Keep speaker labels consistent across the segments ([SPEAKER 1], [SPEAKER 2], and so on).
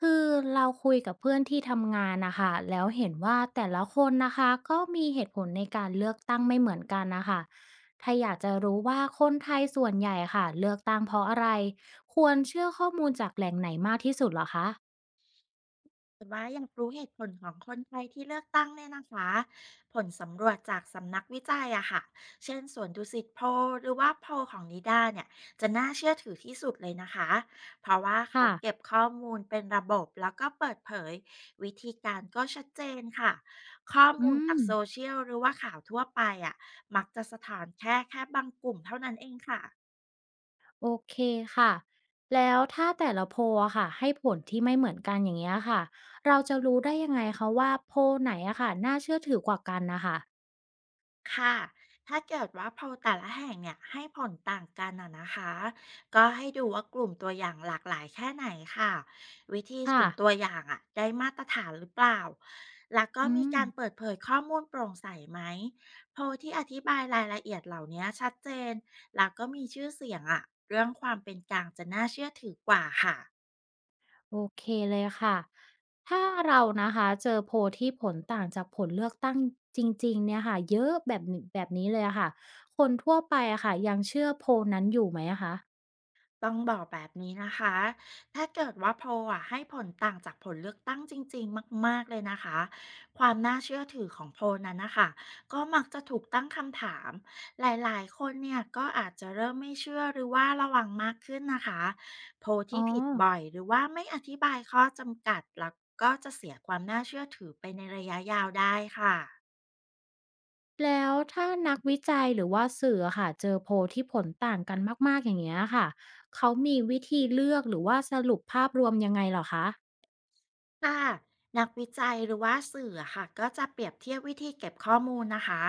[SPEAKER 1] คือเราคุยกับเพื่อนที่ทำงานนะคะแล้วเห็นว่าแต่ละคนนะคะก็มีเหตุผลในการเลือกตั้งไม่เหมือนกันนะคะถ้าอยากจะรู้ว่าคนไทยส่วนใหญ่ค่ะเลือกตั้งเพราะอะไรควรเชื่อข้อมูลจากแหล่งไหนมากที่สุดเหรอคะ
[SPEAKER 2] แต่ว่ายังรู้เหตุผลของคนไทยที่เลือกตั้งเนี่ยนะคะผลสำรวจจากสำนักวิจัยอะค่ะเช่นสวนดุสิตโพลหรือว่าโพลของนิด้าเนี่ยจะน่าเชื่อถือที่สุดเลยนะคะเพราะว่าเขา
[SPEAKER 1] ค่ะ
[SPEAKER 2] เก็บข้อมูลเป็นระบบแล้วก็เปิดเผยวิธีการก็ชัดเจนค่ะข้อ
[SPEAKER 1] อื
[SPEAKER 2] มูลจา
[SPEAKER 1] ม
[SPEAKER 2] กโซเชียลหรือว่าข่าวทั่วไปอะมักจะสะท้อนแค่บางกลุ่มเท่านั้นเองค่ะ
[SPEAKER 1] โอเคค่ะแล้วถ้าแต่ละโพลอะค่ะให้ผลที่ไม่เหมือนกันอย่างเงี้ยค่ะเราจะรู้ได้ยังไงคะว่าโพลไหนอะค่ะน่าเชื่อถือกว่ากันนะคะ
[SPEAKER 2] ค่ะถ้าเกิดว่าโพลแต่ละแห่งเนี่ยให้ผลต่างกันอะนะคะก็ให้ดูว่ากลุ่มตัวอย่างหลากหลายแค่ไหนค่ะวิธี
[SPEAKER 1] ค่ะ
[SPEAKER 2] สุ่มตัวอย่างอะได้มาตรฐานหรือเปล่าแล้วก็
[SPEAKER 1] อื
[SPEAKER 2] มี
[SPEAKER 1] ม
[SPEAKER 2] การเปิดเผยข้อมูลโปร่งใสไหมโพลที่อธิบายรายละเอียดเหล่านี้ชัดเจนแล้วก็มีชื่อเสียงอะเรื่องความเป็นกลางจะน่าเชื่อถือกว่าค่ะ
[SPEAKER 1] โอเคเลยค่ะ ถ้าเรานะคะเจอโพลที่ผลต่างจากผลเลือกตั้งจริงๆเนี่ยค่ะเยอะแบบนี้แบบนี้เลยอะค่ะ คนทั่วไปอะค่ะยังเชื่อโพลนั้นอยู่ไหมอะคะ
[SPEAKER 2] ต้องบอกแบบนี้นะคะ ถ้าเกิดว่าโพลอะให้ผลต่างจากผลเลือกตั้งจริงๆมากๆเลยนะคะ ความน่าเชื่อถือของโพลนั้นนะคะก็มักจะถูกตั้งคำถามหลายๆคนเนี่ยก็อาจจะเริ่มไม่เชื่อหรือว่าระวังมากขึ้นนะคะโพล
[SPEAKER 1] อ๋อ
[SPEAKER 2] ที่ผิดบ่อยหรือว่าไม่อธิบายข้อจำกัดแล้วก็จะเสียความน่าเชื่อถือไปในระยะยาวได้ค่ะ
[SPEAKER 1] แล้วถ้านักวิจัยหรือว่าสื่ออะค่ะเจอโพลที่ผลต่างกันมากๆอย่างเงี้ยค่ะ เขามีวิธีเลือกหรือว่าสรุปภาพรวมยังไงเหรอคะ
[SPEAKER 2] ค่ะนักวิจัยหรือว่าสื่ออะค่ะก็จะเปรียบเทียบวิธีเก็บข้อมูลนะคะ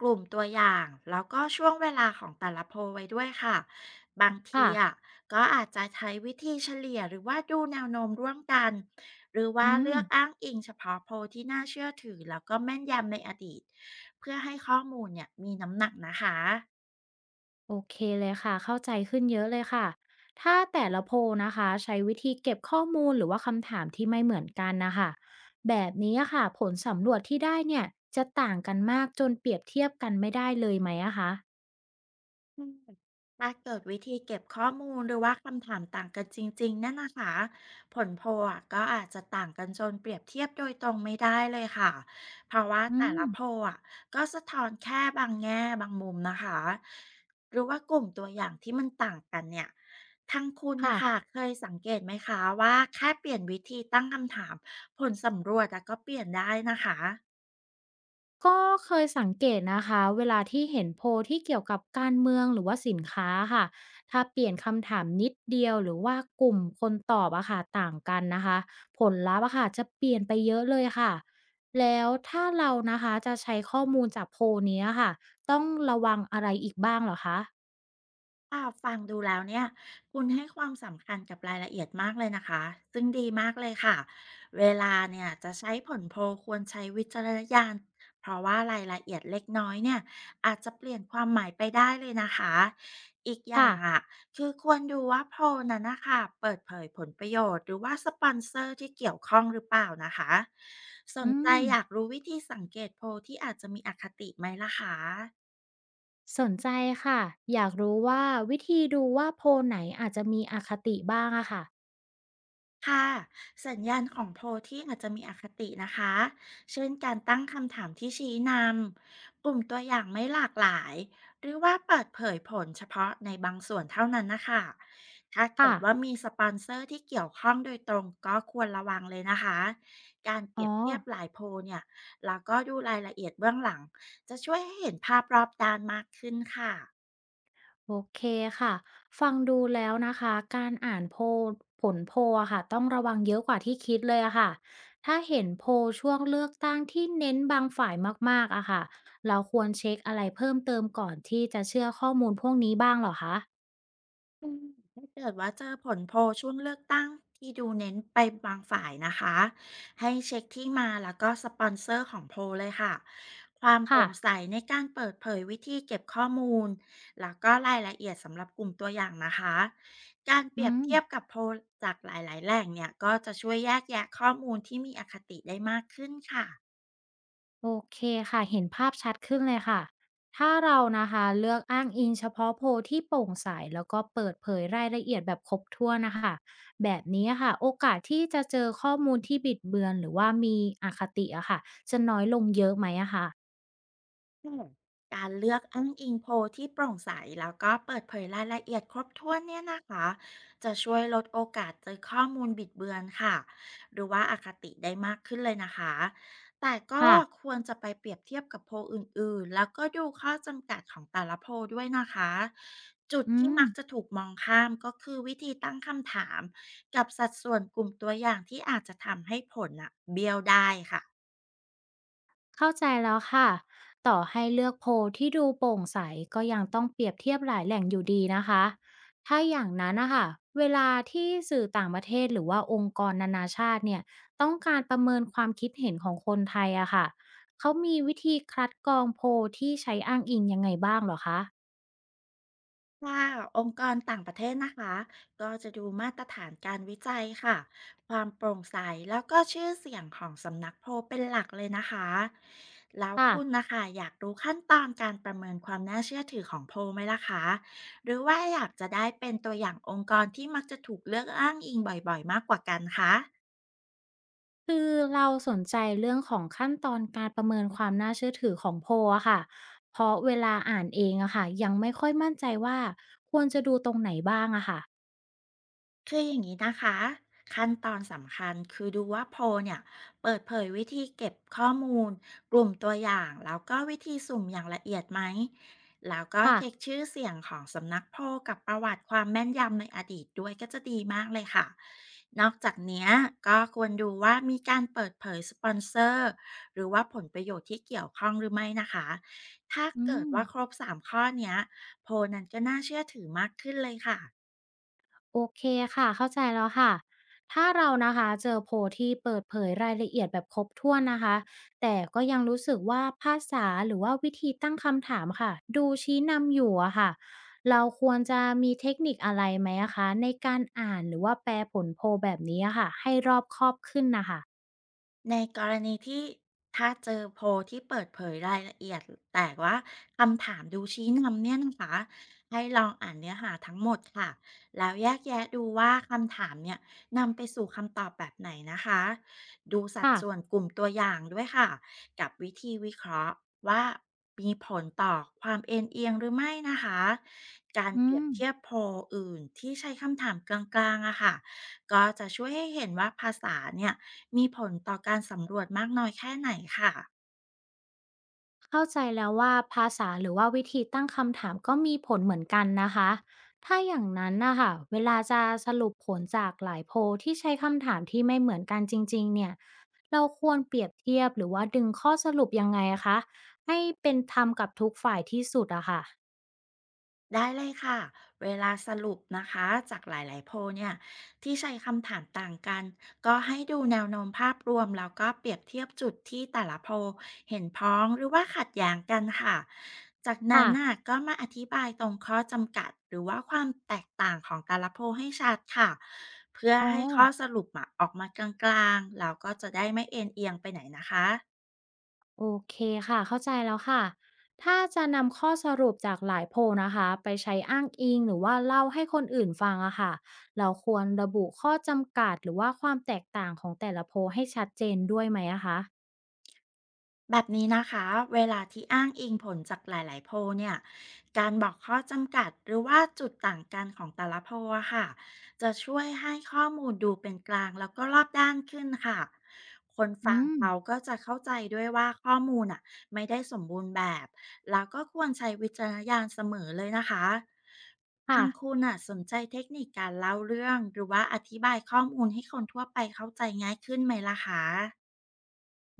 [SPEAKER 2] กลุ่มตัวอย่างแล้วก็ช่วงเวลาของแต่ละโพลไว้ด้วยค่ะบางที
[SPEAKER 1] ค่ะ
[SPEAKER 2] อะก็อาจจะใช้วิธีเฉลี่ยหรือว่าดูแนวโน้มร่วมกันหรือว่า
[SPEAKER 1] อืม
[SPEAKER 2] เลือกอ้างอิงเฉพาะโพลที่น่าเชื่อถือแล้วก็แม่นยำในอดีตเพื่อให้ข้อมูลเนี่ยมีน้ำหนักนะคะ
[SPEAKER 1] โอเคเลยค่ะเข้าใจขึ้นเยอะเลยค่ะถ้าแต่ละโพลนะคะใช้วิธีเก็บข้อมูลหรือว่าคำถามที่ไม่เหมือนกันนะคะแบบนี้อะค่ะผลสำรวจที่ได้เนี่ยจะต่างกันมากจนเปรียบเทียบกันไม่ได้เลยไหมอะคะ
[SPEAKER 2] ถ้าเกิดวิธีเก็บข้อมูลหรือว่าคำถามต่างกันจริงๆนั่นนะคะผลโพลอะก็อาจจะต่างกันจนเปรียบเทียบโดยตรงไม่ได้เลยค่ะเพราะว่า
[SPEAKER 1] อื
[SPEAKER 2] แต่
[SPEAKER 1] ม
[SPEAKER 2] ละโพลอะก็สะท้อนแค่บางแง่บางมุมนะคะหรือว่ากลุ่มตัวอย่างที่มันต่างกันเนี่ยทางคุณ
[SPEAKER 1] ค่ะ
[SPEAKER 2] นะคะเคยสังเกตไหมคะว่าแค่เปลี่ยนวิธีตั้งคำถามผลสำรวจอะก็เปลี่ยนได้นะคะ
[SPEAKER 1] ก็เคยสังเกตนะคะเวลาที่เห็นโพลที่เกี่ยวกับการเมืองหรือว่าสินค้าค่ะถ้าเปลี่ยนคำถามนิดเดียวหรือว่ากลุ่มคนตอบอะค่ะต่างกันนะคะผลลัพธ์อะค่ะจะเปลี่ยนไปเยอะเลยค่ะแล้วถ้าเรานะคะจะใช้ข้อมูลจากโพลเนี้ยค่ะต้องระวังอะไรอีกบ้างเหรอคะ
[SPEAKER 2] ฟังดูแล้วเนี่ยคุณให้ความสำคัญกับรายละเอียดมากเลยนะคะซึ่งดีมากเลยค่ะเวลาเนี่ยจะใช้ผลโพลควรใช้วิจารณญาณเพราะว่ารายละเอียดเล็กน้อยเนี่ยอาจจะเปลี่ยนความหมายไปได้เลยนะคะอีกอย่า
[SPEAKER 1] ค่ะ
[SPEAKER 2] งอ่ะคือควรดูว่าโพลนั้นนะคะเปิดเผยผลประโยชน์หรือว่าสปอนเซอร์ที่เกี่ยวข้องหรือเปล่านะคะส
[SPEAKER 1] อื
[SPEAKER 2] นใจ
[SPEAKER 1] ม
[SPEAKER 2] อยากรู้วิธีสังเกตโพลที่อาจจะมีอคติไหมล่ะคะ
[SPEAKER 1] สนใจค่ะอยากรู้ว่าวิธีดูว่าโพลไหนอาจจะมีอคติบ้างอะค่ะ
[SPEAKER 2] ค่ะสัญญาณของโพลที่อาจจะมีอคตินะคะเช่นการตั้งคำถามที่ชี้นำกลุ่มตัวอย่างไม่หลากหลาย หรือว่าเปิดเผยผลเฉพาะในบางส่วนเท่านั้นนะคะ ถ้าเกิ
[SPEAKER 1] ค่ะ
[SPEAKER 2] ดว่ามีสปอนเซอร์ที่เกี่ยวข้องโดยตรงก็ควรระวังเลยนะคะ การเป
[SPEAKER 1] อ๋
[SPEAKER 2] รี
[SPEAKER 1] อ
[SPEAKER 2] ยบเทียบหลายโพลเนี่ย แล้วก็ดูรายละเอียดเบื้องหลัง จะช่วยให้เห็นภาพรอบด้านมากขึ้นค่ะ
[SPEAKER 1] โอเคค่ะ ฟังดูแล้วนะคะ การอ่านโพลผลโพลอะค่ะต้องระวังเยอะกว่าที่คิดเลยอะค่ะ ถ้าเห็นโพลช่วงเลือกตั้งที่เน้นบางฝ่ายมากๆอะค่ะเราควรเช็คอะไรเพิ่มเติมก่อนที่จะเชื่อข้อมูลพวกนี้บ้างเหรอคะ
[SPEAKER 2] เกิดว่าเจอผลโพลช่วงเลือกตั้งที่ดูเน้นไปบางฝ่ายนะคะให้เช็คที่มาแล้วก็สปอนเซอร์ของโพลเลยค่ะความโป
[SPEAKER 1] ค่ะ
[SPEAKER 2] ร่งใสในการเปิดเผยวิธีเก็บข้อมูลแล้วก็รายละเอียดสำหรับกลุ่มตัวอย่างนะคะการเปรี
[SPEAKER 1] อื
[SPEAKER 2] ยบ
[SPEAKER 1] ม
[SPEAKER 2] เทียบกับโพลจากหลายๆแหล่งเนี่ยก็จะช่วยแยกแยะข้อมูลที่มีอคติได้มากขึ้นค่ะ
[SPEAKER 1] โอเคค่ะเห็นภาพชัดขึ้นเลยค่ะถ้าเรานะคะเลือกอ้างอิงเฉพาะโพลที่โปร่งใสแล้วก็เปิดเผยรายละเอียดแบบครบถ้วนนะคะแบบนี้ค่ะโอกาสที่จะเจอข้อมูลที่บิดเบือนหรือว่ามีอคติอะค่ะจะน้อยลงเยอะไหมอะค่ะ
[SPEAKER 2] ค่ะการเลือกอ้างอิงโพลที่โปร่งใสแล้วก็เปิดเผยรายละเอียดครบถ้วนเนี่ยนะคะจะช่วยลดโอกาสเจอข้อมูลบิดเบือนค่ะหรือว่าอาคติได้มากขึ้นเลยนะคะแต่ก็
[SPEAKER 1] ค่ะ
[SPEAKER 2] ควรจะไปเปรียบเทียบกับโพลอื่นๆแล้วก็ดูข้อจำกัดของแต่ละโพลด้วยนะคะจุด
[SPEAKER 1] อื
[SPEAKER 2] ที่
[SPEAKER 1] ม
[SPEAKER 2] มักจะถูกมองข้ามก็คือวิธีตั้งคำถามกับสัดส่วนกลุ่มตัวอย่างที่อาจจะทำให้ผลอะเบี้ยวได้ค่ะ
[SPEAKER 1] เข้าใจแล้วค่ะต่อให้เลือกโพลที่ดูโปร่งใสก็ยังต้องเปรียบเทียบหลายแหล่งอยู่ดีนะคะถ้าอย่างนั้นนะคะเวลาที่สื่อต่างประเทศหรือว่าองค์กรนานาชาติเนี่ยต้องการประเมินความคิดเห็นของคนไทยอะค่ะเขามีวิธีคัดกรองโพลที่ใช้อ้างอิงยังไงบ้างเหรอคะ
[SPEAKER 2] ค่ะองค์กรต่างประเทศนะคะก็จะดูมาตรฐานการวิจัยค่ะความโปร่งใสแล้วก็ชื่อเสียงของสำนักโพลเป็นหลักเลยนะคะแล้ว
[SPEAKER 1] ค่ะ
[SPEAKER 2] คุณนะคะอยากรู้ขั้นตอนการประเมินความน่าเชื่อถือของโพลไหมล่ะคะหรือว่าอยากจะได้เป็นตัวอย่างองค์กรที่มักจะถูกเลือกอ้างอิงบ่อยๆมากกว่ากันคะ
[SPEAKER 1] คือเราสนใจเรื่องของขั้นตอนการประเมินความน่าเชื่อถือของโพลอะค่ะ เพราะเวลาอ่านเองอะค่ะยังไม่ค่อยมั่นใจว่าควรจะดูตรงไหนบ้างอะค่ะ
[SPEAKER 2] คืออย่างนี้นะคะขั้นตอนสำคัญคือดูว่าโพลเนี่ยเปิดเผยวิธีเก็บข้อมูลกลุ่มตัวอย่างแล้วก็วิธีสุ่มอย่างละเอียดไหมแล้วก็เช็ค
[SPEAKER 1] ค่ะ
[SPEAKER 2] ชื่อเสียงของสำนักโพลกับประวัติความแม่นยำในอดีตด้วยก็จะดีมากเลยค่ะนอกจากเนี้ยก็ควรดูว่ามีการเปิดเผยสปอนเซอร์หรือว่าผลประโยชน์ที่เกี่ยวข้องหรือไม่นะคะถ้า
[SPEAKER 1] อื
[SPEAKER 2] เกิด
[SPEAKER 1] ม
[SPEAKER 2] ว่าครบสามข้อเนี้ยโพลนั้นก็น่าเชื่อถือมากขึ้นเลยค่ะ
[SPEAKER 1] โอเคค่ะเข้าใจแล้วค่ะถ้าเรานะคะเจอโพลที่เปิดเผยรายละเอียดแบบครบถ้วนนะคะแต่ก็ยังรู้สึกว่าภาษาหรือว่าวิธีตั้งคำถามค่ะดูชี้นำอยู่อะค่ะเราควรจะมีเทคนิคอะไรไหมอะคะในการอ่านหรือว่าแปลผลโพลแบบนี้อะค่ะให้รอบคอบขึ้นนะคะ
[SPEAKER 2] ในกรณีที่ถ้าเจอโพลที่เปิดเผยรายละเอียดแต่ว่าคำถามดูชี้นำเนี่ยนะคะให้ลองอ่านเนื้อหาทั้งหมดค่ะแล้วแยกแยะดูว่าคำถามเนี่ยนำไปสู่คำตอบแบบไหนนะคะดูสัด
[SPEAKER 1] ค่ะ
[SPEAKER 2] ส่วนกลุ่มตัวอย่างด้วยค่ะกับวิธีวิเคราะห์ว่ามีผลต่อความเอ็นเอียงหรือไม่นะคะการ
[SPEAKER 1] อื
[SPEAKER 2] เปรีย
[SPEAKER 1] ม
[SPEAKER 2] บเทียบโพลอื่นที่ใช้คำถามกลางๆอะค่ะก็จะช่วยให้เห็นว่าภาษาเนี่ย มีผลต่อการสำรวจมากน้อยแค่ไหนค่ะ
[SPEAKER 1] เข้าใจแล้วว่าภาษาหรือว่าวิธีตั้งคำถามก็มีผลเหมือนกันนะคะถ้าอย่างนั้นนะคะเวลาจะสรุปผลจากหลายโพลที่ใช้คำถามที่ไม่เหมือนกันจริงๆเนี่ยเราควรเปรียบเทียบหรือว่าดึงข้อสรุปยังไงอะคะให้เป็นธรรมกับทุกฝ่ายที่สุดอะค่ะ
[SPEAKER 2] ได้เลยค่ะเวลาสรุปนะคะจากหลายๆโพลเนี่ยที่ใช้คำถามต่างกันก็ให้ดูแนวโน้มภาพรวมแล้วก็เปรียบเทียบจุดที่แต่ละโพลเห็นพ้องหรือว่าขัดแย้งกันค่ะจากนั้
[SPEAKER 1] ค่ะ
[SPEAKER 2] นน่ะก็มาอธิบายตรงข้อจำกัดหรือว่าความแตกต่างของแต่ละโพลให้ชัดค่ะเพื่อ
[SPEAKER 1] อ๋อ
[SPEAKER 2] ให้ข้อสรุปอะออกมากลางๆแล้วก็จะได้ไม่เอ็นเอียงไปไหนนะคะ
[SPEAKER 1] โอเคค่ะ เข้าใจแล้วค่ะ ถ้าจะนำข้อสรุปจากหลายโพลนะคะไปใช้อ้างอิงหรือว่าเล่าให้คนอื่นฟังอะค่ะเราควรระบุข้อจำกัดหรือว่าความแตกต่างของแต่ละโพลให้ชัดเจนด้วยไหมอะคะ
[SPEAKER 2] แบบนี้นะคะเวลาที่อ้างอิงผลจากหลายๆโพลเนี่ยการบอกข้อจำกัดหรือว่าจุดต่างกันของแต่ละโพลอะค่ะจะช่วยให้ข้อมูลดูเป็นกลางแล้วก็รอบด้านขึ้นค่ะคน
[SPEAKER 1] อื
[SPEAKER 2] ฟัง
[SPEAKER 1] ม
[SPEAKER 2] เราก็จะเข้าใจด้วยว่าข้อมูลอะไม่ได้สมบูรณ์แบบแล้วก็ควรใช้วิจารณญาณเสมอเลยนะคะ
[SPEAKER 1] ค่ะ
[SPEAKER 2] ทางคุณอะสนใจเทคนิคการเล่าเรื่องหรือว่าอธิบายข้อมูลให้คนทั่วไปเข้าใจง่ายขึ้นไหมล่ะคะ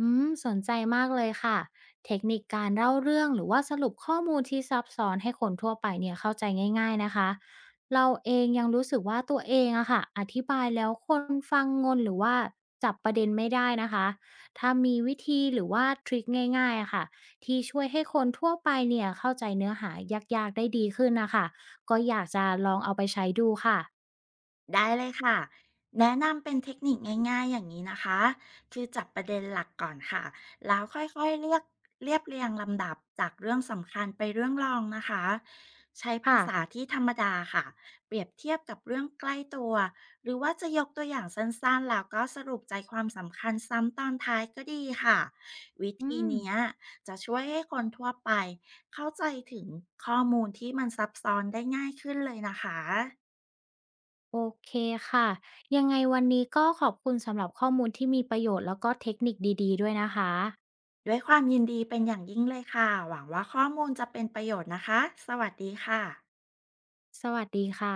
[SPEAKER 1] อืมสนใจมากเลยค่ะ เทคนิคการเล่าเรื่องหรือว่าสรุปข้อมูลที่ซับซ้อนให้คนทั่วไปเนี่ยเข้าใจง่ายๆนะคะเราเองยังรู้สึกว่าตัวเองอะค่ะอธิบายแล้วคนฟังงนหรือว่าจับประเด็นไม่ได้นะคะ ถ้ามีวิธีหรือว่าทริคง่ายๆอะค่ะที่ช่วยให้คนทั่วไปเนี่ยเข้าใจเนื้อหายากๆได้ดีขึ้นนะคะก็อยากจะลองเอาไปใช้ดูค่ะ
[SPEAKER 2] ได้เลยค่ะแนะนำเป็นเทคนิคง่ายๆอย่างนี้นะคะคือจับประเด็นหลักก่อนค่ะแล้วค่อยๆเรียบเรียงลำดับจากเรื่องสำคัญไปเรื่องรองนะคะใช้ภา
[SPEAKER 1] ค่ะ
[SPEAKER 2] ษาที่ธรรมดาค่ะเปรียบเทียบกับเรื่องใกล้ตัวหรือว่าจะยกตัวอย่างสั้นๆแล้วก็สรุปใจความสำคัญซ้ำตอนท้ายก็ดีค่ะวิ
[SPEAKER 1] อื
[SPEAKER 2] ธี
[SPEAKER 1] ม
[SPEAKER 2] เนี้ยจะช่วยให้คนทั่วไปเข้าใจถึงข้อมูลที่มันซับซ้อนได้ง่ายขึ้นเลยนะคะ
[SPEAKER 1] โอเคค่ะยังไงวันนี้ก็ขอบคุณสำหรับข้อมูลที่มีประโยชน์แล้วก็เทคนิคดีๆด้วยนะคะ
[SPEAKER 2] ด้วยความยินดีเป็นอย่างยิ่งเลยค่ะ หวังว่าข้อมูลจะเป็นประโยชน์นะคะ สวัสดีค่ะ
[SPEAKER 1] สวัสดีค่ะ